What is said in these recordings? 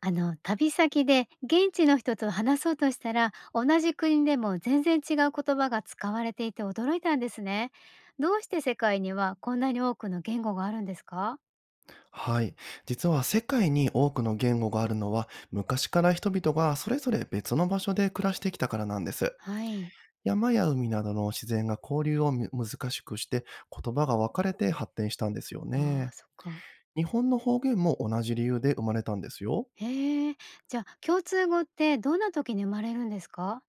あの、旅先で現地の人と話そうとしたら、同じ国でも全然違う言葉が使われていて驚いたんですね。どうして世界にはこんなに多くの言語があるんですか？はい。実は世界に多くの言語があるのは昔から人々がそれぞれ別の場所で暮らしてきたからなんです。はい。山や海などの自然が交流をむ難しくして言葉が分かれて発展したんですよあね。あ、そっか。日本の方言も同じ理由で生まれたんですよ。へえ。じゃあ、共通語ってどんな時に生まれるんですか？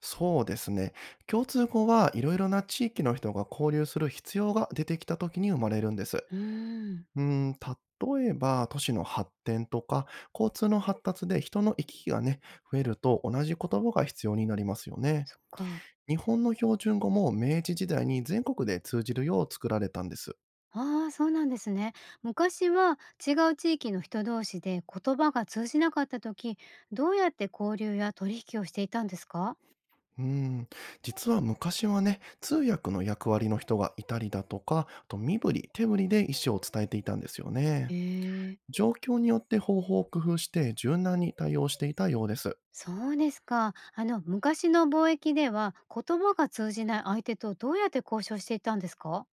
そうですね。共通語はいろいろな地域の人が交流する必要が出てきた時に生まれるんです。うーん。例えば都市の発展とか、交通の発達で人の行き来がね、増えると同じ言葉が必要になりますよね。そっか。日本の標準語も明治時代に全国で通じるよう作られたんです。ああ、そうなんですね。昔は違う地域の人同士で言葉が通じなかった時、どうやって交流や取引をしていたんですか？うん、実は昔はね、通訳の役割の人がいたりだとか、あと身振り、手振りで意思を伝えていたんですよね。へえ。状況によって方法を工夫して柔軟に対応していたようです。そうですか。あの、昔の貿易では言葉が通じない相手とどうやって交渉していたんですか？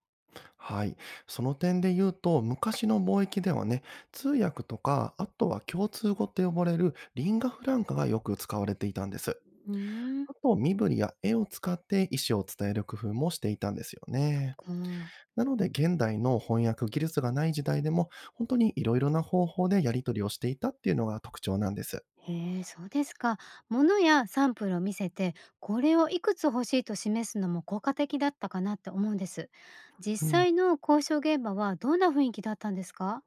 はい。その点で言うと、昔の貿易ではね、通訳とか、あとは共通語って呼ばれるリンガフランカがよく使われていたんです。うーん、あと、身振りや絵を使って意思を伝える工夫もしていたんですよそっね。か。なので、現代の翻訳技術がない時代でも、本当にいろいろな方法でやり取りをしていたっていうのが特徴なんです。へえ、そうですか。物やサンプルを見せて、これをいくつ欲しいと示すのも効果的だったかなって思うんです。実うん。際の交渉現場はどんな雰囲気だったんですか？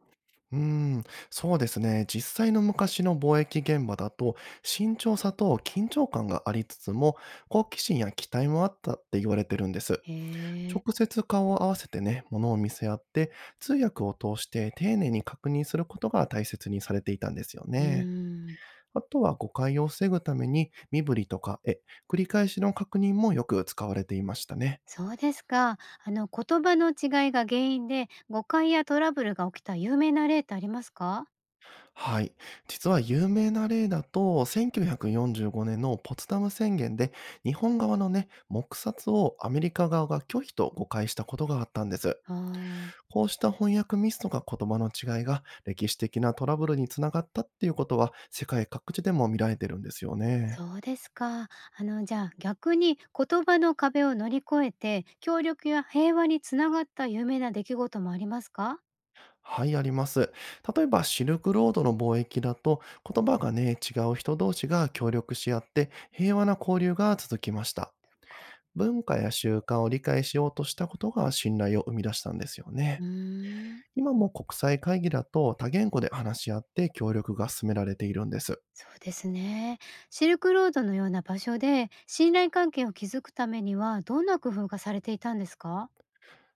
うーん、そうですね。実際の昔の貿易現場だと、慎重さと緊張感がありつつも、好奇心や期待もあったって言われてるんです。へえ、直接顔を合わせてね、物を見せ合って、通訳を通して丁寧に確認することが大切にされていたんですようーね。ん。あとは誤解を防ぐために、身振りとか絵、繰り返しの確認もよく使われていましたね。そうですか。あの、言葉の違いが原因で誤解やトラブルが起きた有名な例ってありますか？はい。実は有名な例だと、1945年のポツダム宣言で、日本側のね、黙殺をアメリカ側が拒否と誤解したことがあったんです。ああー。こうした翻訳ミスとか言葉の違いが歴史的なトラブルにつながったっていうことは、世界各地でも見られてるんですよね。そうですか。あの、じゃあ逆に言葉の壁を乗り越えて、協力や平和につながった有名な出来事もありますか？はい、あります。例えば、シルクロードの貿易だと、言葉がね、違う人同士が協力し合って、平和な交流が続きました。文化や習慣を理解しようとしたことが信頼を生み出したんですようーね。ん、今も国際会議だと多言語で話し合って協力が進められているんです。そうですね。シルクロードのような場所で信頼関係を築くためにはどんな工夫がされていたんですか？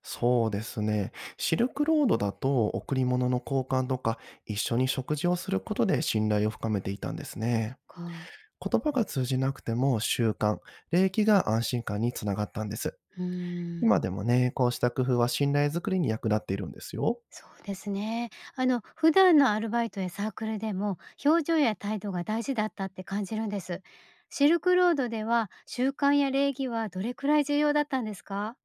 そうですね。シルクロードだと贈り物の交換とか一緒に食事をすることで信頼を深めていたんですそっね。か。言葉が通じなくても習慣、礼儀が安心感につながったんです。うーん。今でもね、こうした工夫は信頼づくりに役立っているんですよ。そうですね。あの、普段のアルバイトやサークルでも、表情や態度が大事だったって感じるんです。シルクロードでは、習慣や礼儀はどれくらい重要だったんですか？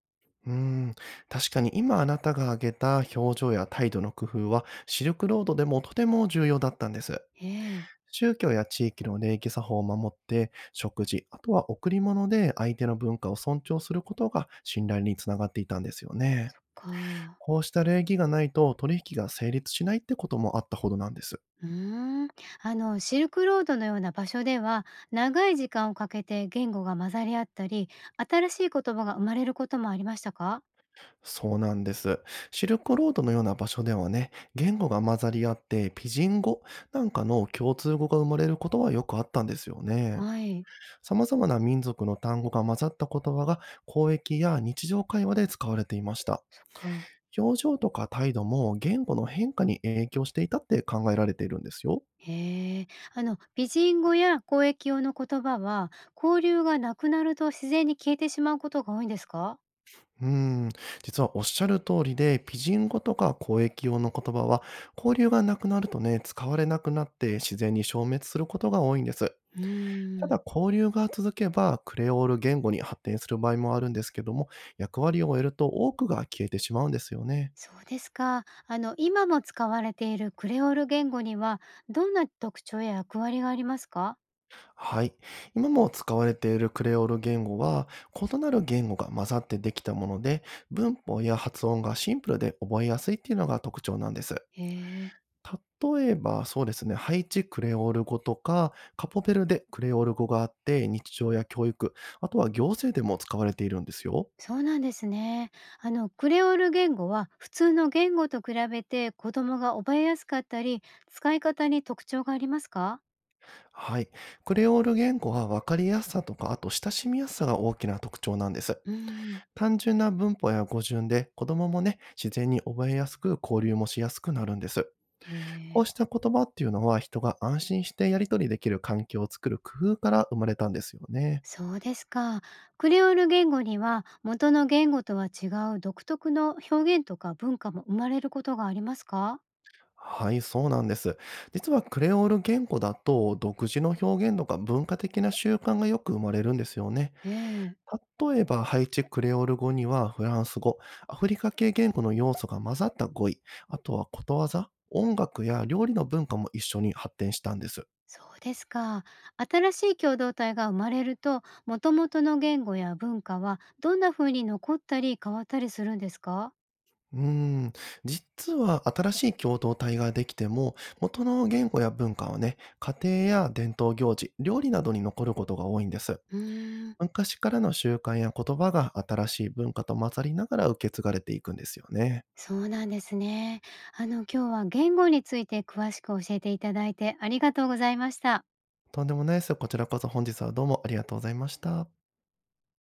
うーん、確かに今あなたが挙げた表情や態度の工夫はシルクロードでもとても重要だったんです。ええ、宗教や地域の礼儀作法を守って、食事、あとは贈り物で相手の文化を尊重することが信頼につながっていたんですよね。そっか。こうした礼儀がないと取引が成立しないってこともあったほどなんです。うーん。あの、シルクロードのような場所では、長い時間をかけて言語が混ざり合ったり、新しい言葉が生まれることもありましたか？そうなんです。シルクロードのような場所ではね、言語が混ざり合って、ピジン語なんかの共通語が生まれることはよくあったんですよね。はい、様々な民族の単語が混ざった言葉が交易や日常会話で使われていました。そっか。表情とか態度も言語の変化に影響していたって考えられているんですよ。へえ、あの、美人語や交易用の言葉は、交流がなくなると自然に消えてしまうことが多いんですか？うーん、実はおっしゃる通りで、ピジン語とか交易用の言葉は、交流がなくなるとね、使われなくなって自然に消滅することが多いんです。うーたん、だ交流が続けば、クレオール言語に発展する場合もあるんですけども、役割を終えると多くが消えてしまうんですよね。そうですか。あの、今も使われているクレオール言語には、どんな特徴や役割がありますか？はい。今も使われているクレオール言語は、異なる言語が混ざってできたもので、文法や発音がシンプルで覚えやすいっていうのが特徴なんです。へえ、例えば、そうですね、ハイチクレオール語とか、カポベルでクレオール語があって、日常や教育、あとは行政でも使われているんですよ。そうなんですね。あの、クレオール言語は、普通の言語と比べて子供が覚えやすかったり、使い方に特徴がありますか？はい。クレオール言語は分かりやすさとか、あと親しみやすさが大きな特徴なんです。うーん単純な文法や語順で、子供もね、自然に覚えやすく、交流もしやすくなるんです。へこえ。うした言葉っていうのは人が安心してやり取りできる環境を作る工夫から生まれたんですよね。そうですか。クレオール言語には元の言語とは違う独特の表現とか文化も生まれることがありますか？はい、そうなんです。実はクレオール言語だと独自の表現とか文化的な習慣がよく生まれるんですよね。ええ、例えばハイチクレオール語にはフランス語、アフリカ系言語の要素が混ざった語彙、あとはことわざ、音楽や料理の文化も一緒に発展したんです。そうですか。新しい共同体が生まれると、元々の言語や文化はどんな風に残ったり変わったりするんですか？うーん、実は新しい共同体ができても、元の言語や文化はね、家庭や伝統行事、料理などに残ることが多いんです。うーん、昔からの習慣や言葉が新しい文化と混ざりながら受け継がれていくんですよね。そうなんですね。あの、今日は言語について詳しく教えていただいて、ありがとうございました。とんでもないです。こちらこそ本日はどうもありがとうございました。